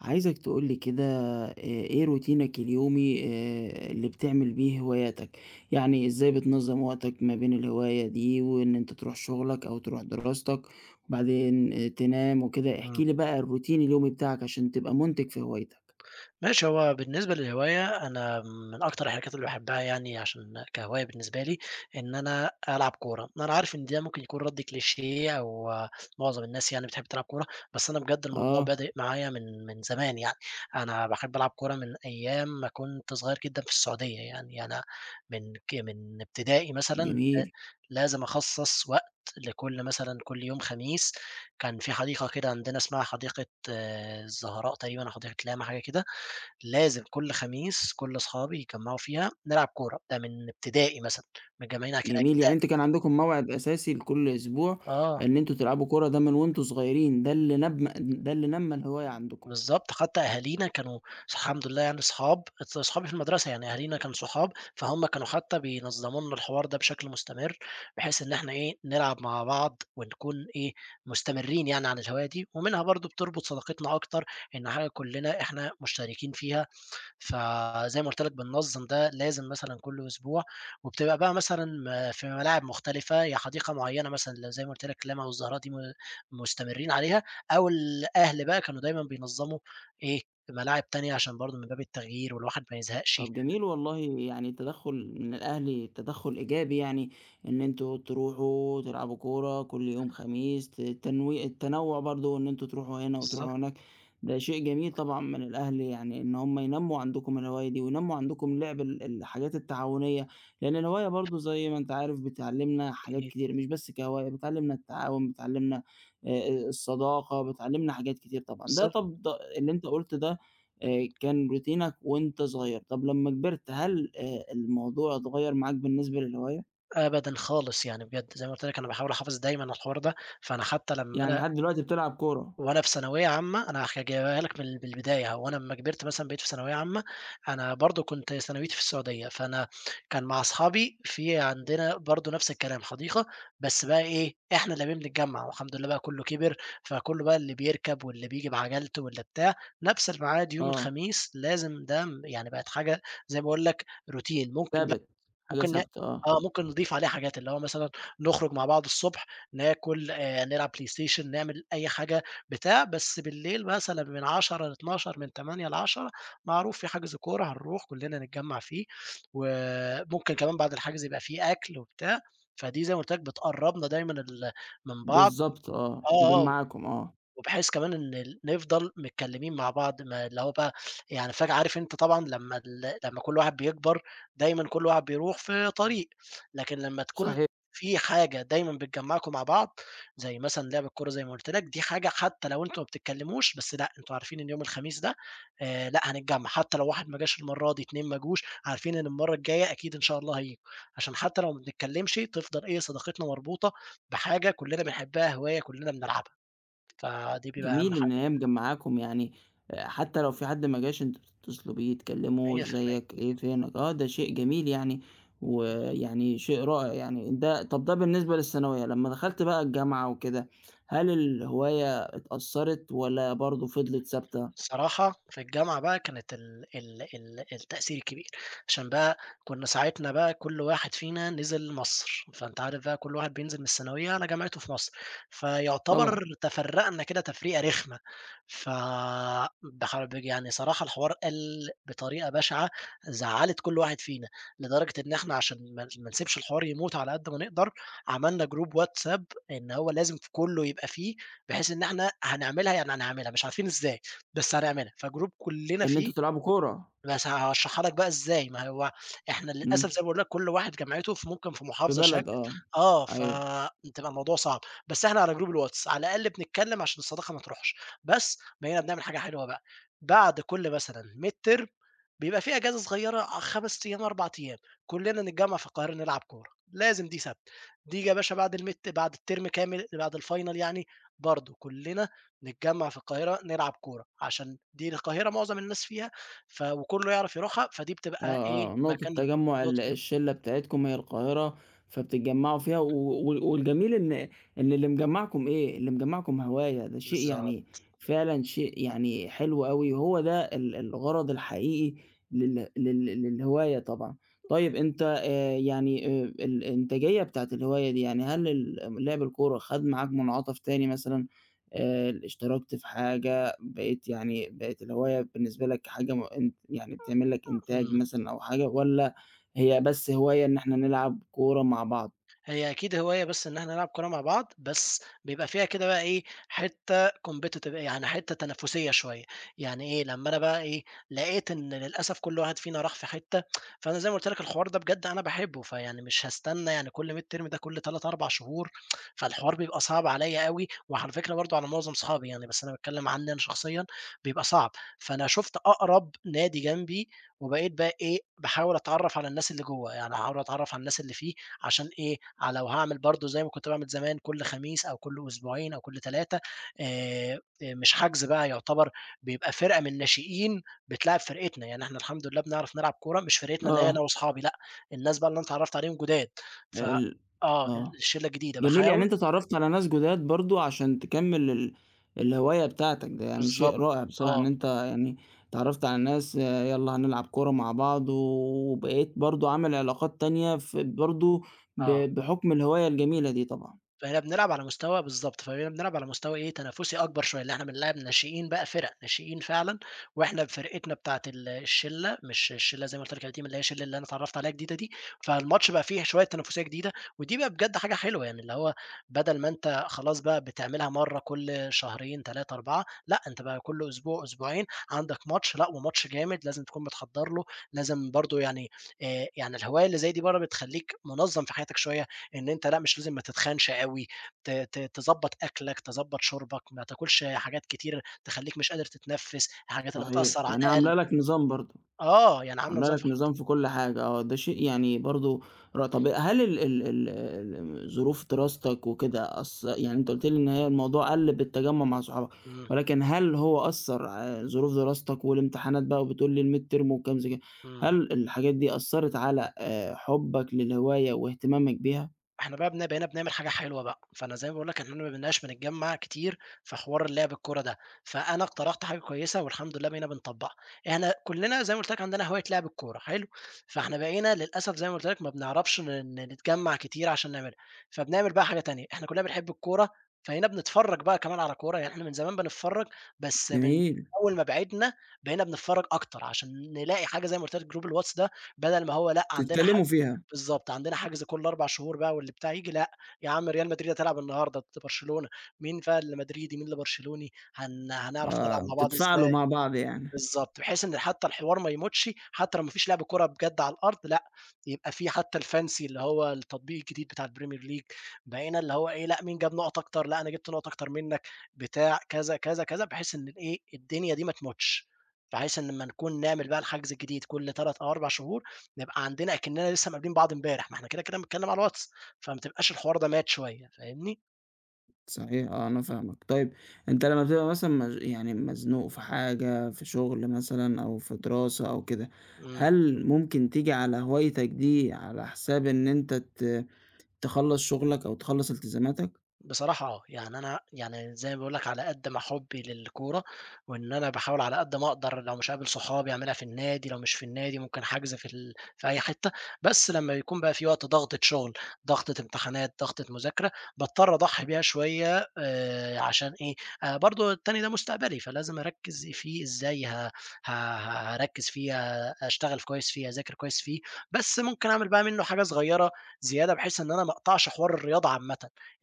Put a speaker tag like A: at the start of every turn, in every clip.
A: عايزك تقولي كده. آه، ايه روتينك اليومي؟ آه، اللي بتعمل بيه هواياتك، يعني ازاي بتنظم وقتك ما بين الهواية دي وان انت تروح شغلك او تروح دراستك وبعدين آه، تنام وكده.
B: إمم.
A: احكيلي بقى الروتين اليومي بتاعك عشان تبقى منتج في هوايتك.
B: ماشي، هو بالنسبة للهواية أنا من أكتر الحاجات اللي باحبها، يعني عشان كهواية بالنسبة لي، إن أنا ألعب كورة. أنا عارف إن ده ممكن يكون رَد كليشيه، أو معظم الناس يعني بتحب تلعب كورة، بس أنا بجد الموضوع
A: اه،
B: بادئ معايا من زمان يعني. أنا باحب ألعب كورة من أيام ما كنت صغير جدًا في السعودية. يعني أنا من ابتدائي مثلًا لا
A: جميل.
B: لازم أخصّص وقت لكل، مثلًا كل يوم خميس، كان في حديقة كده عندنا اسمها حديقة الزهراء تقريبًا، أو حديقة لاما، حاجة كده. لازم كل خميس كل أصحابي يتجمعوا فيها نلعب كورة. ده من ابتدائي مثلًا، من جمعنا كده
A: جميل،
B: كده
A: يعني انت كان عندكم موعد اساسي لكل اسبوع
B: آه،
A: ان انتوا تلعبوا كرة ده من وانتوا صغيرين، ده اللي نبم ده اللي نمى الهواية عندكم.
B: بالضبط، حتى أهالينا كانوا الحمد لله، يعني صحاب صحابي في المدرسة، يعني أهالينا كانوا صحاب، فهُم كانوا حتى بينظموا لنا الحوار ده بشكل مستمر، بحيث إن إحنا إيه، نلعب مع بعض ونكون إيه، مستمرين يعني على الهواية دي، ومنها برضه بتربط صداقتنا أكتر، إن حاجة كلنا إحنا مشتركين فيها. فزي ما قُلت لك بننظّم ده لازم مثلًا كل أسبوع، وبتبقى بقى مثلًا في ملاعب مختلفة، يا حديقة معيّنة مثلًا زي ما قُلت لك اللاما والزهراء دي مستمرين عليها، أو الأهل بقى كانوا دايمًا بينظّموا إيه، ملاعب تانية عشان برضه من باب التغيير، والواحد ما يزهقش.
A: طب جميل والله، يعني تدخُّل من الأهل تدخُّل إيجابي، يعني إن أنتم تروحوا تلعبوا كورة كل يوم خميس، تنوي التنوُّع برضه إن أنتم تروحوا هنا
B: بالضبط.
A: وتروحوا هناك، ده شيء جميل طبعًا من الأهل، يعني إن هم ينمّوا عندكم الهواية دي وينمّوا عندكم لعب الحاجات التعاونية، لإن الهواية برضه زي ما أنت عارف بتعلّمنا حاجات
B: أكيد.
A: كتير مش بس كهواية، بتعلّمنا التعاون، بتعلّمنا الصداقة، بتعلّمنا حاجات كتير طبعًا، ده
B: بالضبط.
A: طب ده اللي أنت قُلته، ده كان روتينك وأنت صغير. طب لمّا كبرت هل الموضوع اتغيّر معاك بالنسبة للهواية؟
B: أبدًا خالص، يعني بجد، زي ما قُلت لك أنا باحاول أحافظ دايمًا على الحوار ده. فأنا حتى لمّا
A: يعني
B: أنا
A: لحد دلوقتي بتلعب كورة،
B: وأنا في ثانوية عامة، أنا جايبها لك من البداية. هو أنا أمّا كبرت مثلًا بقيت في ثانوية عامة، أنا برضه كنت ثانويتي في السعودية، فأنا كان مع أصحابي في عندنا برضه نفس الكلام، حديقة، بس بقى إيه، إحنا اللي بنتجمّع، والحمد لله بقى كُلّه كِبِر، فكُلّه بقى اللي بيركب واللي بييجي بعجلته واللي بتاع. نفس الميعاد يوم
A: آه،
B: الخميس لازم، ده يعني بقت حاجة، زي ما باقول لك، روتين. ممكن
A: ثابت، حاجة
B: ممكن ن
A: ثابتة، آه،
B: ممكن نضيف عليه حاجات، اللي هو مثلًا نخرج مع بعض الصبح، ناكل، نلعب بلاي ستيشن، نعمل أي حاجة بتاع. بس بالليل مثلًا من 22:00 ل00:00، من 20:00 ل22:00 معروف في حجز كورة هنروح كلنا نتجمّع فيه، وممكن كمان بعد الحجز يبقى في أكل وبتاع. فدي زي ما قُلت لك بتقرّبنا دايمًا من بعض.
A: بالضبط آه،
B: آه. آه.
A: مجمّعاكم آه،
B: وبحيث كمان إن نفضل متكلمين مع بعض، ما اللي هو بقى يعني فجأة، عارف أنت طبعًا لمّا لمّا كل واحد بيكبر دايمًا كل واحد بيروح في طريق، لكن لمّا تكون
A: صحيح.
B: في حاجة دايمًا بتجمعكم مع بعض، زي مثلًا لعب الكورة زي ما قُلت لك، دي حاجة حتى لو أنتم ما بتتكلموش، بس لأ، أنتم عارفين إن يوم الخميس ده لأ هنتجمع. حتى لو واحد ما جاش المرة دي، 2 ما جوش، عارفين إن المرة الجاية أكيد إن شاء الله هييجوا، عشان حتى لو ما بنتكلمش، تفضل إيه، صداقتنا مربوطة بحاجة كلنا بنحبها، هواية كلنا بنلعبها. فدي بيبقى أهم
A: جميل إن
B: حاجة.
A: هي مجمّعاكم يعني حتى لو في حد ما جاش أنتم بتتصلوا بيه تكلموه
B: 100%.
A: إزيك، إيه فينك، آه ده شيء جميل يعني، ويعني شيء رائع يعني. ده طَب ده بالنسبة للثانوية، لمّا دخلت بقى الجامعة وكده، هل الهواية اتأثّرت والّا برضه فضلت ثابتة؟
B: الصراحة في الجامعة بقى كانت ال التأثير الكبير، عشان بقى كنا ساعتنا بقى كل واحد فينا نزل مصر. فأنت عارف بقى كل واحد بينزل من الثانوية على جامعته في مصر،
A: طبعًا.
B: فيعتبر تفرّقنا كده تفريقة رخمة. ف بحرب، يعني صراحة الحوار قَل بطريقة بشعة زعّلت كل واحد فينا، لدرجة إن إحنا عشان ما نسيبش الحوار يموت على قد ما نقدر، عملنا جروب واتساب، إن هو لازم كُلّه يبقى فيه، بحيث إن إحنا هنعملها، يعني هنعملها مش عارفين إزاي، بس هنعملها، فجروب كلّنا
A: إن
B: فيه.
A: أنتم تلعبوا كورة،
B: بس هاشرحها لك بقى إزاي. ما هو إحنا للأسف
A: إمم،
B: زي ما باقول لك كل واحد جامعته في ممكن في
A: في
B: محافظة
A: بلد
B: شكل.
A: آه،
B: آه،
A: أيوه.
B: فبتبقى الموضوع صعب، بس إحنا على جروب الواتس على الأقل بنتكلم عشان الصداقة ما تروحش. بس بقينا بنعمل حاجة حلوة بقى، بعد كل مثلًا midterm بيبقى في أجازة صغيرة 5 أيام، 4 أيام، كلنا نتجمّع في القاهرة نلعب كورة، لازم دي ثابتة. دي يا باشا بعد الmid بعد الترم كامل بعد الفاينل يعني، برضه كلنا نتجمّع في القاهرة نلعب كورة، عشان دي القاهرة معظم الناس فيها وكلّه يعرف يروحها، فدي بتبقى
A: آه،
B: إيه،
A: آه، نقطة
B: مكان
A: تجمُّع
B: للنُطق.
A: الشِلّة بتاعتكم هي القاهرة، فبتتجمّعوا فيها و والجميل إن اللي مجمّعكم إيه، اللي مجمّعكم هواية، ده شيء يعني
B: بالضبط.
A: فعلًا شيء يعني حلو أوي، وهو ده الغرض الحقيقي لل لل للهواية طبعًا. طيب أنت يعني الإنتاجية بتاعة الهواية دي، يعني هل لعب الكورة خَد معاك منعطف تاني مثلًا، اشتركت في حاجة، بقيت يعني بقت الهواية بالنسبة لك حاجة م أنت يعني بتعمل لك إنتاج
B: إمم.
A: مثلًا أو حاجة والّا هي بس هواية إن إحنا نلعب كورة مع بعض؟
B: هي أكيد هواية بس إن إحنا نلعب كورة مع بعض، بس بيبقى فيها كده بقى إيه، حتّة competitive، يعني حتّة تنافسية شوية. يعني إيه، لمّا أنا بقى إيه، لقيت إن للأسف كل واحد فينا راح في حتّة، فأنا زي ما قُلت لك الحوار ده بجد أنا باحبه، فيعني مش هاستنى، يعني كل midterm ده كل 3، 4 شهور، فالحوار بيبقى صعب عليّا أوي، وعلى فكرة برضه على معظم صحابي يعني، بس أنا باتكلّم عني أنا شخصيًا، بيبقى صعب. فأنا شُفت أقرب نادي جنبي، وبقيت بقى إيه، باحاول أتعرّف على الناس اللي جوّه، يعني أحاول أتعرّف على الناس اللي فيه، عشان إيه، لو هاعمل برضه زي ما كنت باعمل زمان كل خميس، أو كل أسبوعين، أو كل 3، آآ، مش حجز بقى يعتبر، بيبقى فرقة من الناشئين بتلاعب فرقتنا، يعني إحنا الحمد لله بنعرف نلعب كورة، مش فرقتنا اللي هي أنا
A: آه.
B: وأصحابي لأ، الناس بقى اللي أنا اتعرّفت عليهم جداد. ف
A: ال
B: آه،
A: آه.
B: الشلة الجديدة
A: جميل، يعني
B: باحاول.
A: أنت اتعرّفت على ناس جداد برضه عشان تكمّل الهواية بتاعتك، ده يعني شيء
B: بالضبط.
A: رائع بصراحة،
B: آه.
A: إن أنت يعني اتعرّفت على ناس يالّا هنلعب كورة مع بعض وبقيت برضه عامل علاقات تانية ف برضه
B: آه.
A: بحُكم الهواية الجميلة دي طبعًا.
B: فإحنا بنلعب على مستوى بالضبط، فبقينا بنلعب على مستوى إيه، تنافسي أكبر شوية، لإن إحنا بنلاعب ناشئين بقى فِرَق، ناشئين فعلًا، وإحنا فرقتنا بتاعة الشِلّة، مش الشِلّة زي ما قُلت لك القديمة، اللي هي الشِلّة اللي أنا اتعرّفت عليها جديدة دي، فالماتش بقى فيه شوية تنافسية جديدة. ودي بقى بجد حاجة حلوة، يعني اللي هو بدل ما أنت خلاص بقى بتعملها مرّة كل شهرين، 3، 4، لأ، أنت بقى كل أسبوع، أسبوعين عندك ماتش، لأ وماتش جامد لازم تكون متحضّر له. لازم برضه يعني يعني الهواية اللي زي دي برّه بتخلّيك منظّم في حياتك شوية، إن أنت لأ، مش لازم ما تتخنش أوي، ت ت تضبّط أكلك، تضبّط شُربك، ما تاكلش حاجات كتير تخلّيك مش قادر تتنفّس، الحاجات اللي
A: صحيح،
B: بتأثّر على
A: يعني
B: القلب.
A: عاملة لك نظام برضه.
B: آه، يعني عاملة
A: عاملة
B: نظام في.
A: لك نظام في كل حاجة، آه، ده شيء يعني برضه. ر طب هل ال ظروف دراستك وكده أث، يعني أنت قُلت لي إن هي الموضوع قَل بالتجمُّع مع صحابك،
B: امم.
A: ولكن هل هو أثّر ع ظروف دراستك والامتحانات بقى، وبتقول لي الmid term وكام زي كده،
B: امم.
A: هل الحاجات دي أثّرت على حُبّك للهواية واهتمامك بيها؟
B: إحنا بقى بقينا بنعمل حاجة حلوة بقى. فأنا زي ما باقول لك إحنا ما بقيناش بنتجمّع كتير في حوار اللعب الكورة ده، فأنا اقترحت حاجة كويسة والحمد لله بقينا بنطبّقها. إحنا كلّنا زي ما قُلت لك عندنا هواية لعب الكورة حلو، فإحنا بقينا للأسف زي ما قُلت لك ما بنعرفش ن ن نتجمّع كتير عشان نعملها. فبنعمل بقى حاجة تانية. إحنا كلّنا بنحب الكورة، فهنا بنتفرّج بقى كمان على كورة. يعني إحنا من زمان بنتفرّج، بس من
A: جميل،
B: أول ما بعدنا بقينا بنتفرّج أكتر، عشان نلاقي حاجة زي ما قُلت لك جروب الواتس ده، بدل ما هو لأ. إمم. عندنا حاجة.
A: بتتكلموا فيها،
B: بالضبط. عندنا حجز كل 4 شهور بقى، واللي بتاع ييجي لأ، يا عم ريال مدريد هتلعب النهارده ضد برشلونة، مين بقى اللي مدريدي مين اللي برشلوني، هنعرف نلعب
A: آه،
B: مع بعض
A: بتتفاعلوا
B: إزاي.
A: مع بعض يعني.
B: بالضبط. بحيث إن حتى الحوار ما يموتش، حتى لو ما فيش لعب كورة بجد على الأرض، لأ يبقى في حتى الfancy اللي هو التطبيق الجديد بتاع الPremier League، بقينا اللي هو إيه، لأ مين جاب نُقط أكتر، لأ أنا جِبت نُقط أكتر منك، بتاع كذا، كذا، كذا، بحيث إن الإيه، الدنيا دي ما تموتش، بحيث إن لمّا نكون نعمل بقى الحجز الجديد كل 3 أو 4 شهور، نبقى عندنا أكننا لسه مقابلين بعض امبارح، ما إحنا كده، كده بنتكلم على الواتس، فما تبقاش الحوار ده مات شوية، فاهمني؟
A: صحيح آه، أنا فاهمك. طيب أنت لمّا بتبقى مثلًا مز يعني مزنوق في حاجة، في شغل مثلًا أو في دراسة أو كده،
B: إمم.
A: هل ممكن تيجي على هوايتك دي على حساب إن أنت تخلّص شغلك أو تخلّص التزاماتك؟
B: بصراحة آه، يعني أنا يعني زي ما باقول لك على قد ما حُبّي للكورة، وإن أنا باحاول على قد ما أقدر لو مش هاقابل صحابي أعملها في النادي، لو مش في النادي ممكن حجز في في أي حتة، بس لمّا بيكون بقى في وقت ضغطة شغل، ضغطة امتحانات، ضغطة مذاكرة، باضطر أضحّي بيها شوية، عشان إيه، برضه التاني ده مستقبلي، فلازم أركّز فيه إزاي ه ه هاركّز فيه، آه، أشتغل كويس فيه، أذاكر كويس فيه، بس ممكن أعمل بقى منّه حاجة صغيّرة زيادة، بحيث إن أنا ما أقطعش حوار الرياضة عامةً.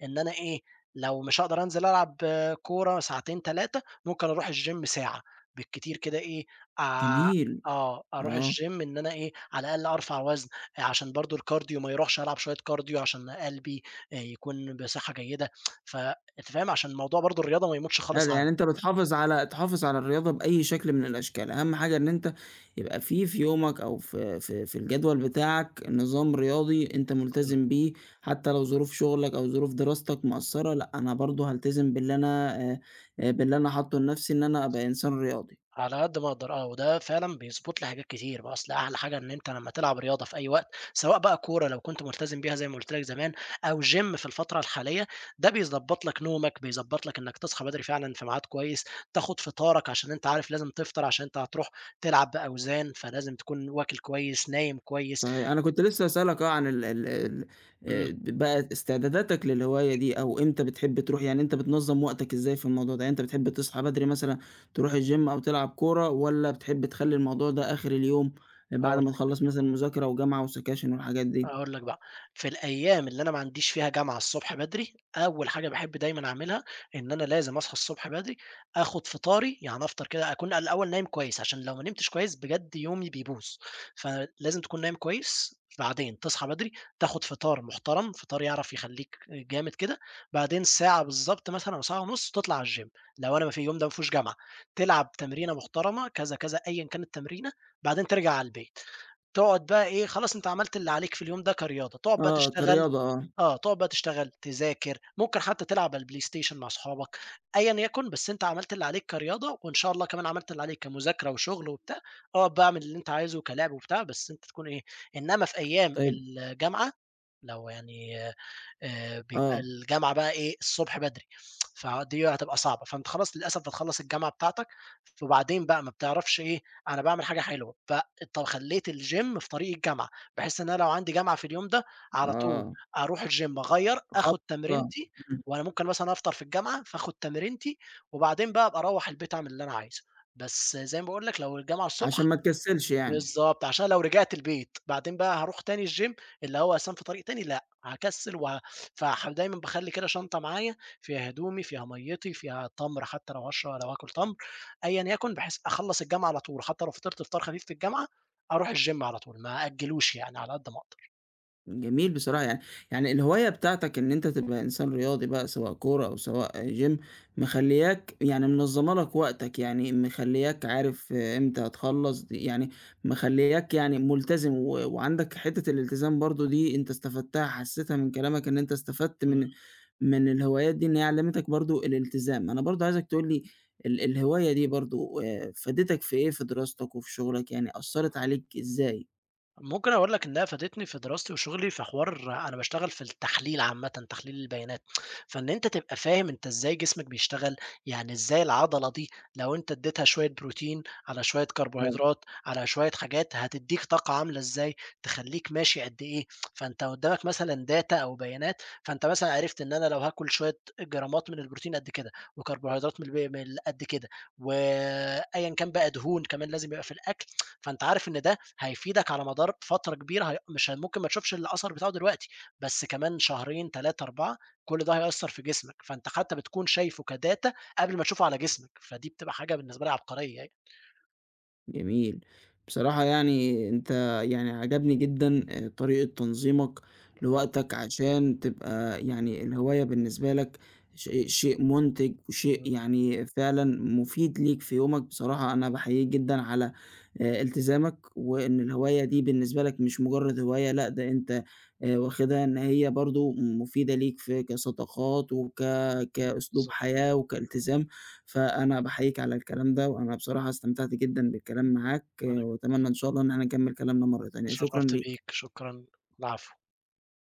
B: إن أنا إيه، لو مش هاقدر أنزل ألعب كورة ساعتين، 3 ممكن أروح الgym ساعة بالكتير كده إيه، آآ
A: جميل،
B: آه، أروح الgym
A: آه.
B: إن أنا إيه، على الأقل أرفع وزن، آه، عشان برضه الكارديو ما يروحش، ألعب شوية كارديو عشان قلبي يكون بصحة جيدة. ف أنت فاهم؟ عشان موضوع برضه الرياضة ما يموتش
A: حلو،
B: خالص عندي.
A: يعني أنت بتحافظ على تحافظ على الرياضة بأي شكل من الأشكال، أهم حاجة إن أنت يبقى في في يومك أو في في في الجدول بتاعك نظام رياضي أنت
B: إمم.
A: ملتزم بيه، حتى لو ظروف شغلك أو ظروف دراستك مأثّرة، لأ أنا برضه هالتزم باللي أنا باللي أنا حاطّه لنفْسي إن أنا أبقى إنسان رياضي.
B: على قد ما أقدر آه، وده فعلًا بيضبط لي حاجات كتير بقى. أصل أحلى حاجة إن أنت لمّا تلعب رياضة في أي وقت، سواء بقى كورة لو كنت ملتزم بيها زي ما قُلت لك زمان، أو gym في الفترة الحالية، ده بيضبط لك نومك، بيضبط لك إنك تصحى بدري فعلًا في ميعاد كويس، تاخد فطارك عشان أنت عارف لازم تفطر عشان أنت هتروح تلعب بأوزان، فلازم تكون واكل كويس، نايم كويس.
A: صحيح. أنا كنت لسه هاسألك آه عن ال ال ال
B: إمم.
A: ب بقى استعداداتك للهواية دي أو إمتى بتحب تروح، يعني أنت بتنظّم وقتك إزاي في الموضوع ده؟ يعني أنت بتحب تصحى بدري مثلًا تروح الgym أو تلعب كورة والّا بتحب تخلّي الموضوع ده آخر اليوم بعد
B: آه.
A: ما تخلّص مثلًا مذاكرة وجامعة وسكاشن والحاجات دي؟
B: هاقول لك بقى، في الأيام اللي أنا ما عنديش فيها جامعة الصبح بدري، أول حاجة باحب دايمًا أعملها إن أنا لازم أصحى الصبح بدري، آخد فطاري، يعني أفطر كده أكون الأول نايم كويس، عشان لو ما نمتش كويس بجد يومي بيبوظ، فلازم تكون نايم كويس، بعدين تصحى بدري، تاخد فطار محترم، فطار يعرف يخلّيك جامد كده، بعدين ساعة بالضبط مثلًا أو ساعة ونُص تطلع على الgym، لو أنا ما في اليوم ده ما فيهوش جامعة، تلعب تمرينة محترمة كذا، كذا، أيًا كان التمرينة، بعدين ترجع على البيت. تقعد بقى إيه، خلاص أنت عملت اللي عليك في اليوم ده كرياضة، تقعد بقى
A: آه،
B: تشتغل،
A: كرياضة آه.
B: آه، تقعد بقى تشتغل، تذاكر، ممكن حتى تلعب على البلاي ستيشن مع صحابك، أيًا يكن، بس أنت عملت اللي عليك كرياضة، وإن شاء الله كمان عملت اللي عليك كمذاكرة وشغل وبتاع، اقعد بقى اعمل اللي أنت عايزه، كلعب وبتاع، بس أنت تكون إيه، إنما في أيام
A: طيب
B: الجامعة لو يعني، بيبقى
A: آه،
B: الجامعة بقى إيه، الصبح بدري، فدي هتبقى صعبة، فأنت خلاص للأسف هتخلّص الجامعة بتاعتك، وبعدين بقى ما بتعرفش إيه، أنا باعمل حاجة حلوة، خلّيت الgym في طريق الجامعة، بحيث إن أنا لو عندي جامعة في اليوم ده، على طول
A: آه.
B: أروح الgym أغيّر،
A: خالص
B: آخد
A: آه.
B: تمرينتي،
A: إمم.
B: وأنا ممكن مثلًا أفطر في الجامعة، فآخد تمرينتي، وبعدين بقى أبقى أروّح البيت أعمل اللي أنا عايزه، بس زي ما باقول لك لو الجامعة
A: عشان
B: الصبح.
A: ما تكسّلش يعني.
B: بالضبط، عشان لو رجعت البيت بعدين بقى هاروح تاني الgym اللي هو أساسًا في طريق تاني، لأ، هاكسّل دايمًا باخلّي كده شنطة معايا فيها هدومي، فيها مَيّتي، فيها تمر حتى لو لو هاكل تمر أيًا يكن، بحيث أخلّص الجامعة على طول، حتى لو فطرت فطار خفيف في الجامعة، أروح الgym على طول، ما أأجّلوش يعني على قد ما أقدر.
A: جميل بصراحة يعني، يعني الهواية بتاعتك إن أنت تبقى إنسان رياضي بقى سواء كورة أو سواء جيم، مخلياك يعني منظمة لك وقتك، يعني مخلياك عارف آه، إمتى هتخلص دي يعني، مخلياك يعني ملتزم و... وعندك حتة الالتزام برضو دي أنت استفدتها حسيتها من كلامك إن أنت استفدت
B: إمم.
A: من من الهوايات دي إن هي علمتك برضو الالتزام. أنا برضو عايزك تقولي ال... الهواية دي برضو آه، فادتك في إيه، في دراستك وفي شغلك، يعني أثرت عليك إزاي؟
B: ممكن أقول لك إنها فادتني في دراستي وشغلي في حوار، أنا باشتغل في التحليل عامةً، تحليل البيانات. فإن أنت تبقى فاهم أنت إزاي جسمك بيشتغل، يعني إزاي العضلة دي لو أنت اديتها شوية بروتين، على شوية كربوهيدرات، على شوية حاجات هتديك طاقة عاملة إزاي، تخلّيك ماشي قد إيه، فأنت قدامك مثلًا data أو بيانات، فأنت مثلًا عرفت إن أنا لو هاكل شوية جرامات من البروتين قد كده، وكربوهيدرات من ال قد كده، وأيًا كان بقى دهون كمان لازم يبقى في الأكل، فأنت عارف إن ده هيفيدك على مدار فترة كبيرة، هي مش ممكن ما تشوفش الأثر بتاعه دلوقتي، بس كمان شهرين، 3، 4 كل ده هيأثّر في جسمك، فأنت حتى بتكون شايفه كdata قبل ما تشوفه على جسمك، فدي بتبقى حاجة بالنسبة لي عبقرية يعني.
A: جميل. بصراحة يعني أنت، يعني عجبني جدًا طريقة تنظيمك لوقتك عشان تبقى يعني الهواية بالنسبة لك ش شيء مُنتِج
B: إمم.
A: وشيء يعني فعلًا مفيد ليك في يومك، بصراحة أنا باحييك جدًا على التزامك، وإن الهواية دي بالنسبة لك مش مجرد هواية، لأ ده أنت واخدها إن هي برضه مفيدة ليك في كصداقات وك كأسلوب
B: بالضبط.
A: حياة وكالتزام. فأنا باحييك على الكلام ده، وأنا بصراحة استمتعت جدًا بالكلام معاك،
B: أنا
A: وأتمنى إن شاء الله إن إحنا نكمّل كلامنا مرّة تانية، شكرًا
B: اتشرّفت بيك،
A: ليك.
B: شكرًا، العفو.